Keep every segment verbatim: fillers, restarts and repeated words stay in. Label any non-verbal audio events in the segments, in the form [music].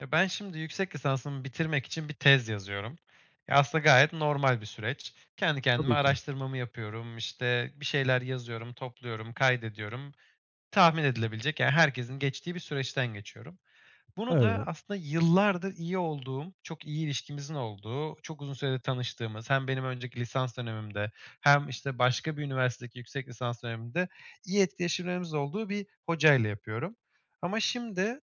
Ya ben şimdi yüksek lisansımı bitirmek için bir tez yazıyorum. Ya aslında gayet normal bir süreç. Kendi kendime Tabii ki. araştırmamı yapıyorum, işte bir şeyler yazıyorum, topluyorum, kaydediyorum. Tahmin edilebilecek yani herkesin geçtiği bir süreçten geçiyorum. Bunu da Evet. aslında yıllardır iyi olduğum, çok iyi ilişkimizin olduğu, çok uzun süredir tanıştığımız hem benim önceki lisans dönemimde hem işte başka bir üniversitedeki yüksek lisans dönemimde iyi etkileşimlerimiz olduğu bir hocayla yapıyorum. Ama şimdi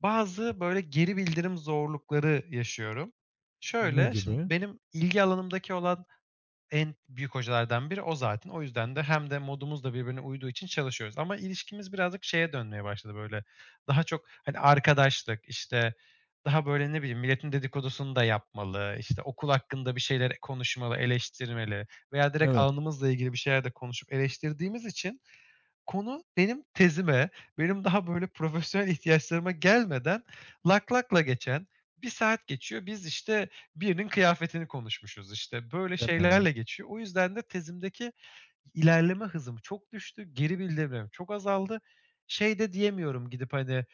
bazı böyle geri bildirim zorlukları yaşıyorum. Ne Şöyle, şimdi gibi? benim ilgi alanımdaki olan en büyük hocalardan biri o zaten. O yüzden de hem de modumuz da birbirine uyduğu için çalışıyoruz ama ilişkimiz birazcık şeye dönmeye başladı böyle. Daha çok, hani, arkadaşlık, işte, daha böyle ne bileyim milletin dedikodusunu da yapmalı, işte, okul hakkında bir şeyler konuşmalı, eleştirmeli veya direkt Evet, alanımızla ilgili bir şeyler de konuşup eleştirdiğimiz için konu benim tezime, benim daha böyle profesyonel ihtiyaçlarıma gelmeden lak lakla geçen bir saat geçiyor. Biz, işte, birinin kıyafetini konuşmuşuz, işte, böyle deme ya. şeylerle geçiyor. O yüzden de tezimdeki ilerleme hızım çok düştü. Geri bildirimlerim çok azaldı. Şey de diyemiyorum gidip, hani,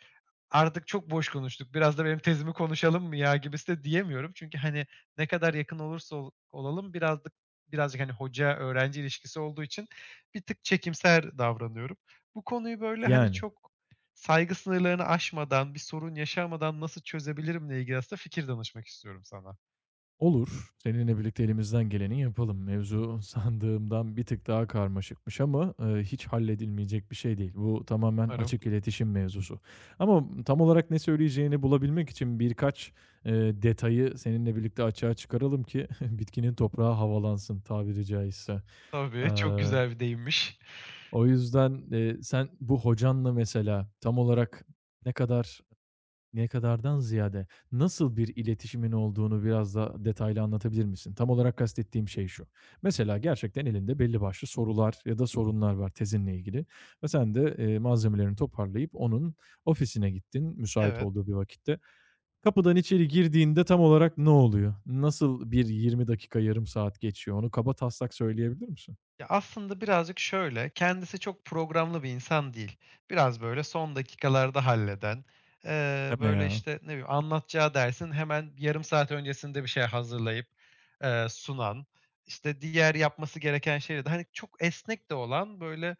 artık çok boş konuştuk, biraz da benim tezimi konuşalım mı ya gibisi de diyemiyorum. Çünkü, hani, ne kadar yakın olursa ol olalım birazcık birazcık, hani, hoca-öğrenci ilişkisi olduğu için bir tık çekimser davranıyorum. Bu konuyu, böyle, hani, Yani. çok saygı sınırlarını aşmadan, bir sorun yaşamadan nasıl çözebilirimle ilgili aslında fikir danışmak istiyorum sana. Olur. Seninle birlikte elimizden geleni yapalım. Mevzu [laughs] sandığımdan bir tık daha karmaşıkmış ama, eee, hiç halledilmeyecek bir şey değil. Bu tamamen Umarım. açık iletişim mevzusu. Ama tam olarak ne söyleyeceğini bulabilmek için birkaç, eee, detayı seninle birlikte açığa çıkaralım ki [laughs] bitkinin toprağı havalansın tabiri caizse. Tabii, çok Eee, güzel bir deyimmiş. o yüzden, eee, sen bu hocanla mesela tam olarak ne kadar ne kadardan ziyade nasıl bir iletişimin olduğunu biraz da detaylı anlatabilir misin? Tam olarak kastettiğim şey şu. Mesela gerçekten elinde belli başlı sorular ya da sorunlar var tezinle ilgili ve sen de, eee, malzemelerini toparlayıp onun ofisine gittin müsait Evet. olduğu bir vakitte. Kapıdan içeri girdiğinde tam olarak ne oluyor? Nasıl bir yirmi dakika, yarım saat geçiyor? Onu kaba taslak söyleyebilir misin? Ya, aslında birazcık şöyle, kendisi çok programlı bir insan değil. Biraz böyle son dakikalarda halleden, eee, Deme böyle, ya. işte, ne bileyim, anlatacağı dersin hemen yarım saat öncesinde bir şey hazırlayıp, eee, sunan, işte, diğer yapması gereken şeyleri de, hani, çok esnek de olan, böyle,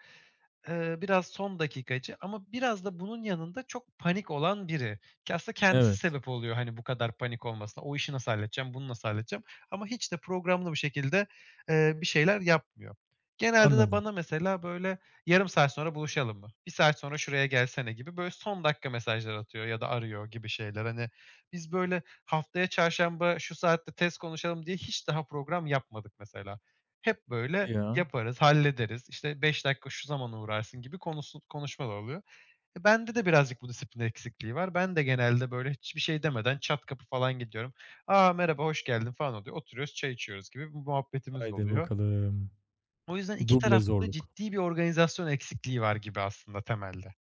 Eee, biraz son dakikacı ama biraz da bunun yanında çok panik olan biri ki aslında kendisi Evet, sebep oluyor, hani, bu kadar panik olmasına. O işi nasıl halledeceğim, bunu nasıl halledeceğim ama hiç de programlı bir şekilde, eee, bir şeyler yapmıyor. Genelde de anladım. bana mesela, böyle, "Yarım saat sonra buluşalım mı? Bir saat sonra şuraya gelsene." gibi, böyle, son dakika mesajlar atıyor ya da arıyor gibi şeyler. Hani, biz, böyle, haftaya çarşamba şu saatte test konuşalım diye hiç daha program yapmadık mesela. Hep, böyle, Hadi ya. yaparız, hallederiz, İşte beş dakika şu zamana uğrarsın gibi konusu konuşmalar oluyor. E, bende de birazcık bu disiplin eksikliği var. Ben de genelde, böyle, hiçbir şey demeden çat kapı falan gidiyorum. "Aa merhaba, hoş geldin." falan oluyor. Oturuyoruz, çay içiyoruz gibi bir muhabbetimiz Haydi oluyor. bakalım. O yüzden iki Duble tarafta zorluk. ciddi bir organizasyon eksikliği var gibi aslında temelde.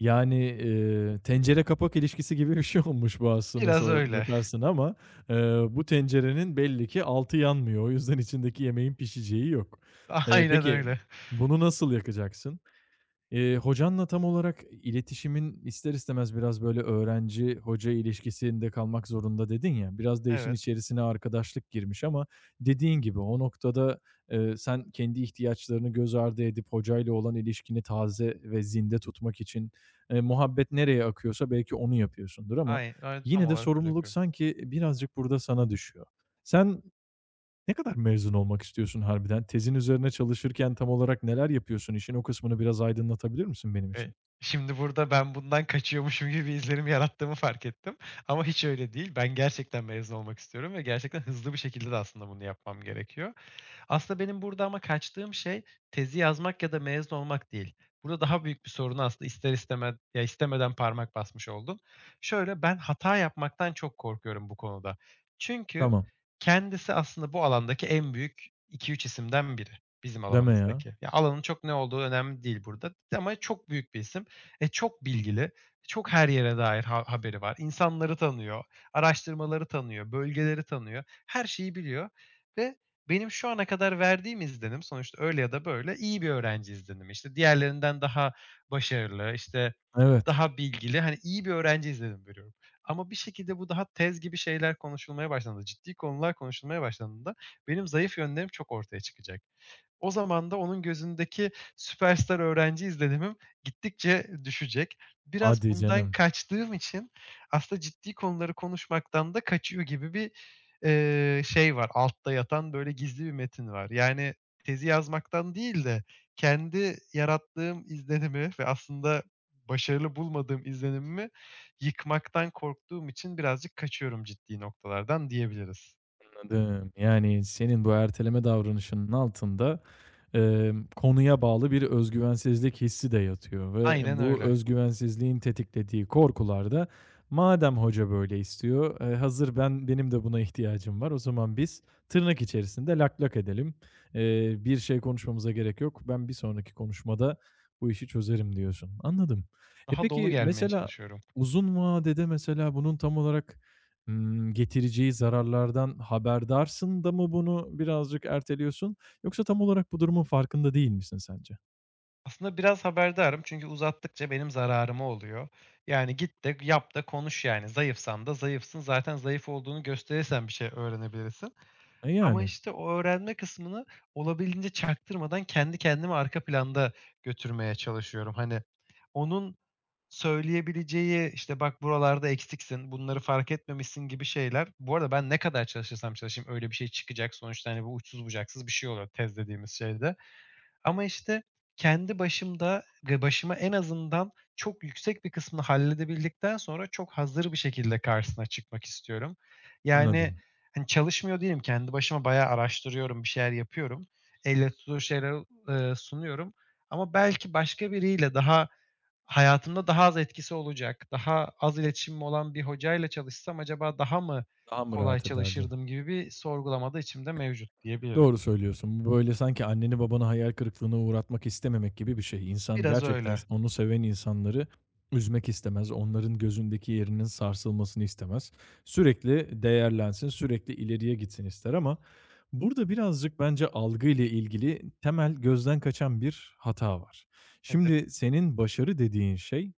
Yani, eee, tencere kapak ilişkisi gibi bir şey olmuş bu aslına Biraz sor öyle. bakarsın ama, eee, bu tencerenin belli ki altı yanmıyor. O yüzden içindeki yemeğin pişeceği yok. [laughs] Eee, Aynen peki öyle. bunu nasıl yakacaksın? Eee, hocanla tam olarak iletişimin ister istemez biraz böyle öğrenci hoca ilişkisinde kalmak zorunda dedin ya, biraz da işin Evet. içerisine arkadaşlık girmiş ama dediğin gibi o noktada, eee, sen kendi ihtiyaçlarını göz ardı edip hocayla olan ilişkini taze ve zinde tutmak için, eee, muhabbet nereye akıyorsa belki onu yapıyorsundur ama Ay ay tam yine de olarak öyle sorumluluk yapıyorum. sanki birazcık burada sana düşüyor. Sen ne kadar mezun olmak istiyorsun harbiden? Tezin üzerine çalışırken tam olarak neler yapıyorsun? İşin o kısmını biraz aydınlatabilir misin benim Eee, için? şimdi burada ben bundan kaçıyormuşum gibi bir izlenim yarattığımı fark ettim ama hiç öyle değil. Ben gerçekten mezun olmak istiyorum ve gerçekten hızlı bir şekilde de aslında bunu yapmam gerekiyor. Aslında benim burada ama kaçtığım şey tezi yazmak ya da mezun olmak değil. Burada daha büyük bir soruna aslında ister istemez ya istemeden parmak basmış oldum. Şöyle, ben hata yapmaktan çok korkuyorum bu konuda. Çünkü Tamam. kendisi aslında bu alandaki en büyük iki üç isimden biri bizim Deme ya. alanımızdaki. Ya, alanın çok ne olduğu önemli değil burada ama çok büyük bir isim. E, çok bilgili, çok her yere dair ha haberi var. İnsanları tanıyor, araştırmaları tanıyor, bölgeleri tanıyor, her şeyi biliyor ve benim şu ana kadar verdiğim izlenim sonuçta öyle ya da böyle iyi bir öğrenci izlenimi. İşte, diğerlerinden daha başarılı, işte, Evet. daha bilgili, hani, iyi bir öğrenci izlenimi veriyorum. Ama bir şekilde bu daha tez gibi şeyler konuşulmaya başlandığında, ciddi konular konuşulmaya başlandığında benim zayıf yönlerim çok ortaya çıkacak. O zaman da onun gözündeki süperstar öğrenci izlenimim gittikçe düşecek. Biraz Hadi bundan canım. kaçtığım için aslında ciddi konuları konuşmaktan da kaçıyor gibi bir, eee, şey var, altta yatan böyle gizli bir metin var. Yani tezi yazmaktan değil de kendi yarattığım izlenimi ve aslında başarılı bulmadığım izlenimimi yıkmaktan korktuğum için birazcık kaçıyorum ciddi noktalardan diyebiliriz. Anladım. Yani, senin bu erteleme davranışının altında, emm, konuya bağlı bir özgüvensizlik hissi de yatıyor ve Aynen bu öyle. özgüvensizliğin tetiklediği korkular da madem hoca böyle istiyor, eee, hazır ben benim de buna ihtiyacım var, o zaman biz tırnak içerisinde "lak lak" edelim. Eee, bir şey konuşmamıza gerek yok. Ben bir sonraki konuşmada bu işi çözerim diyorsun. Anladım. E, Daha dolu peki, gelmeye mesela çalışıyorum. uzun vadede mesela bunun tam olarak Imm, getireceği zararlardan haberdarsın da mı bunu birazcık erteliyorsun yoksa tam olarak bu durumun farkında değil misin sence? Aslında biraz haberdarım çünkü uzattıkça benim zararıma oluyor. Yani git de yap da konuş yani. Zayıfsan da zayıfsın. Zaten zayıf olduğunu gösterirsen bir şey öğrenebilirsin. E, Ama yani. işte o öğrenme kısmını olabildiğince çaktırmadan kendi kendimi arka planda götürmeye çalışıyorum. Hani onun söyleyebileceği işte bak buralarda eksiksin, bunları fark etmemişsin gibi şeyler. Bu arada ben ne kadar çalışırsam çalışayım öyle bir şey çıkacak. Sonuçta hani bu uçsuz bucaksız bir şey oluyor tez dediğimiz şeyde. Ama, işte, kendi başımda ve başıma en azından çok yüksek bir kısmını halledebildikten sonra çok hazır bir şekilde karşısına çıkmak istiyorum. Yani, Anladım. hani, çalışmıyor değilim. Kendi başıma bayağı araştırıyorum, bir şeyler yapıyorum. Elle tutulur şeyler, eee, sunuyorum ama belki başka biriyle daha hayatımda daha az etkisi olacak, daha az iletişimim olan bir hocayla çalışsam acaba daha mı Daha mı kolay rahat ederdin? çalışırdım gibi bir sorgulamada içimde mevcut diyebilirim. Doğru söylüyorsun. Bu böyle sanki anneni babanı hayal kırıklığına uğratmak istememek gibi bir şey. İnsan Biraz gerçekten öyle. onu seven insanları üzmek istemez. Onların gözündeki yerinin sarsılmasını istemez. Sürekli değerlensin, sürekli ileriye gitsin ister ama burada birazcık bence algıyla ilgili temel gözden kaçan bir hata var. Nedir? Şimdi senin başarı dediğin şey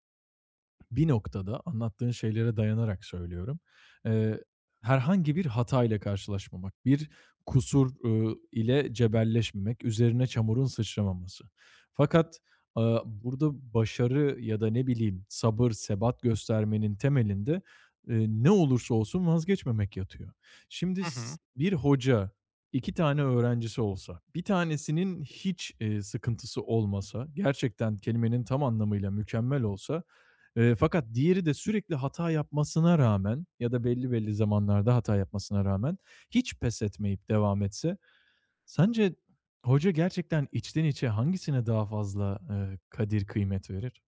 bir noktada anlattığın şeylere dayanarak söylüyorum. Eee, herhangi bir hatayla karşılaşmamak, bir kusur, ııı, ile cebelleşmemek, üzerine çamurun sıçramaması. Fakat, aaa, burada başarı ya da ne bileyim sabır, sebat göstermenin temelinde, eee, ne olursa olsun vazgeçmemek yatıyor. Şimdi Hı hı. s bir hoca iki tane öğrencisi olsa, bir tanesinin hiç, eee, sıkıntısı olmasa, gerçekten kelimenin tam anlamıyla mükemmel olsa. Eee, fakat diğeri de sürekli hata yapmasına rağmen ya da belli belli zamanlarda hata yapmasına rağmen hiç pes etmeyip devam etse, sence hoca gerçekten içten içe hangisine daha fazla, eee, kadir kıymet verir?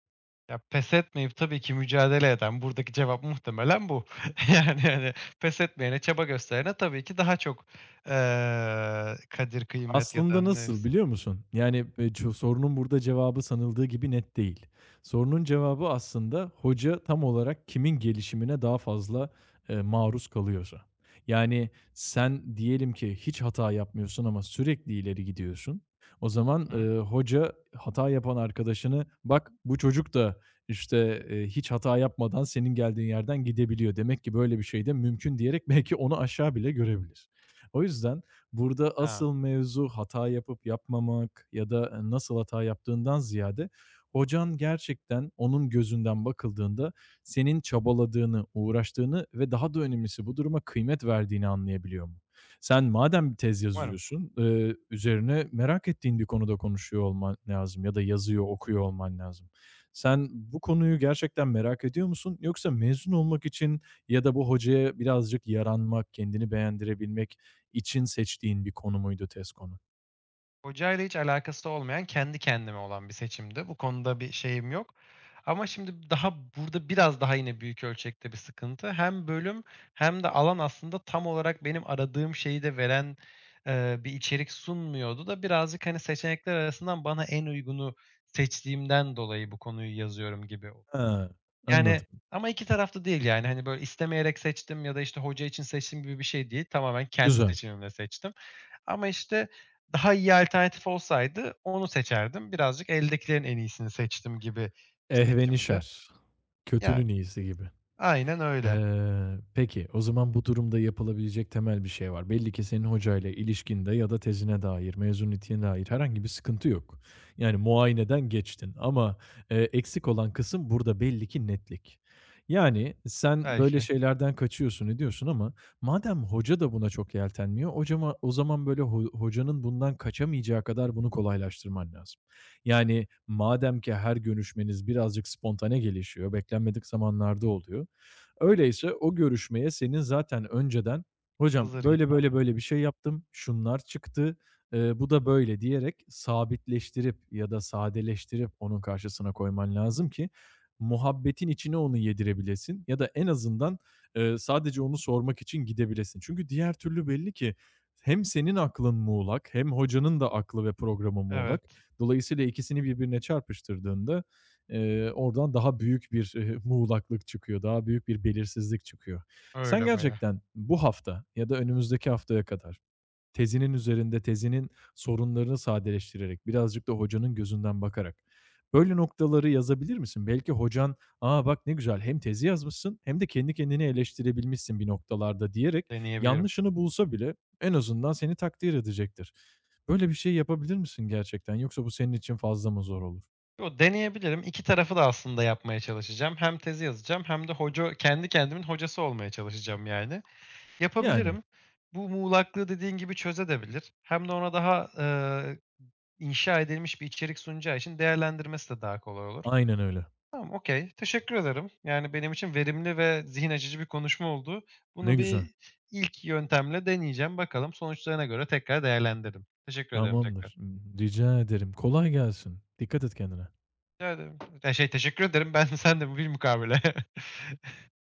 Ya, pes etmeyip tabii ki mücadele eden, buradaki cevap muhtemelen bu. [laughs] Yani, hani, pes etmeyene, çaba gösterene tabii ki daha çok, eee, kadir, kıymet ya da Aslında nasıl nefs. biliyor musun? Yani, eee, ço sorunun burada cevabı sanıldığı gibi net değil. Sorunun cevabı aslında hoca tam olarak kimin gelişimine daha fazla, eee, maruz kalıyorsa. Yani, sen diyelim ki hiç hata yapmıyorsun ama sürekli ileri gidiyorsun. O zaman, Hı. eee, hoca hata yapan arkadaşını, "Bak bu çocuk da, işte, eee, hiç hata yapmadan senin geldiğin yerden gidebiliyor. Demek ki böyle bir şey de mümkün." diyerek belki onu aşağı bile görebilir. O yüzden, burada Ha, asıl mevzu hata yapıp yapmamak ya da, eee, nasıl hata yaptığından ziyade hocan gerçekten onun gözünden bakıldığında senin çabaladığını, uğraştığını ve daha da önemlisi bu duruma kıymet verdiğini anlayabiliyor mu? Sen madem bir tez umarım. yazıyorsun, eee, üzerine merak ettiğin bir konuda konuşuyor olman lazım ya da yazıyor, okuyor olman lazım. Sen bu konuyu gerçekten merak ediyor musun? Yoksa mezun olmak için ya da bu hocaya birazcık yaranmak, kendini beğendirebilmek için seçtiğin bir konu muydu tez konu? Hocayla hiç alakası olmayan, kendi kendime olan bir seçimdi. Bu konuda bir şeyim yok. Ama şimdi daha burada biraz daha yine büyük ölçekte bir sıkıntı. Hem bölüm hem de alan aslında tam olarak benim aradığım şeyi de veren, eee, bir içerik sunmuyordu da birazcık, hani, seçenekler arasından bana en uygunu seçtiğimden dolayı bu konuyu yazıyorum gibi. He, Yani anladım. ama iki taraflı değil yani. Hani, böyle, istemeyerek seçtim ya da, işte, hoca için seçtim gibi bir şey değil. Tamamen kendi Güzel. seçimimle seçtim. Ama, işte, daha iyi alternatif olsaydı onu seçerdim. Birazcık eldekilerin en iyisini seçtim gibi bir seçimdi. Ehvenişer. Kötünün Yani, iyisi gibi. aynen öyle. Eee, peki, o zaman bu durumda yapılabilecek temel bir şey var. Belli ki senin hocayla ilişkinde ya da tezine dair, mezuniyetine dair herhangi bir sıkıntı yok. Yani muayeneden geçtin ama, eee, eksik olan kısım burada belli ki netlik. Yani sen böyle Belki şeylerden kaçıyorsun, ediyorsun ama madem hoca da buna çok yeltenmiyor, hocama o zaman böyle ho hocanın bundan kaçamayacağı kadar bunu kolaylaştırman lazım. Yani madem ki her görüşmeniz birazcık spontane gelişiyor, beklenmedik zamanlarda oluyor, öyleyse o görüşmeye senin zaten önceden "Hocam hazır böyle, gitmem böyle, lazım. böyle bir şey yaptım, şunlar çıktı, eee, bu da böyle." diyerek sabitleştirip ya da sadeleştirip onun karşısına koyman lazım ki muhabbetin içine onu yedirebilesin ya da en azından, eee, sadece onu sormak için gidebilesin. Çünkü diğer türlü belli ki hem senin aklın muğlak hem hocanın da aklı ve programı muğlak. Evet, Dolayısıyla ikisini birbirine çarpıştırdığında Eee, oradan daha büyük bir, eee, muğlaklık çıkıyor, daha büyük bir belirsizlik çıkıyor. Sen öyle bayağı. gerçekten bu hafta ya da önümüzdeki haftaya kadar tezinin üzerinde tezinin sorunlarını sadeleştirerek, birazcık da hocanın gözünden bakarak böyle noktaları yazabilir misin? Belki hocan, "aa bak ne güzel hem tezi yazmışsın hem de kendi kendini eleştirebilmişsin bir noktalarda." diyerek Deneyebilirim. yanlışını bulsa bile en azından seni takdir edecektir. Böyle bir şey yapabilir misin gerçekten yoksa bu senin için fazla mı zor olur? Yo, deneyebilirim. İki tarafı da aslında yapmaya çalışacağım. Hem tezi yazacağım hem de hoca kendi kendimin hocası olmaya çalışacağım, yani. Yani, Yapabilirim. Bu muğlaklığı dediğin gibi çözebilir. Hem de ona daha, eee, inşa edilmiş bir içerik sunacağı için değerlendirmesi de daha kolay olur. aynen öyle. Tamam, okay. Teşekkür ederim. Yani, benim için verimli ve zihin açıcı bir konuşma oldu. Ne Bunu güzel. bir ilk yöntemle deneyeceğim. Bakalım sonuçlarına göre tekrar değerlendiririm. Teşekkür ederim Tamamdır. tekrar. Rica ederim. Kolay gelsin. Dikkat et kendine. Rica ederim. Ya, şey, teşekkür ederim. Ben [laughs] sen de bu bir mukabele. [laughs]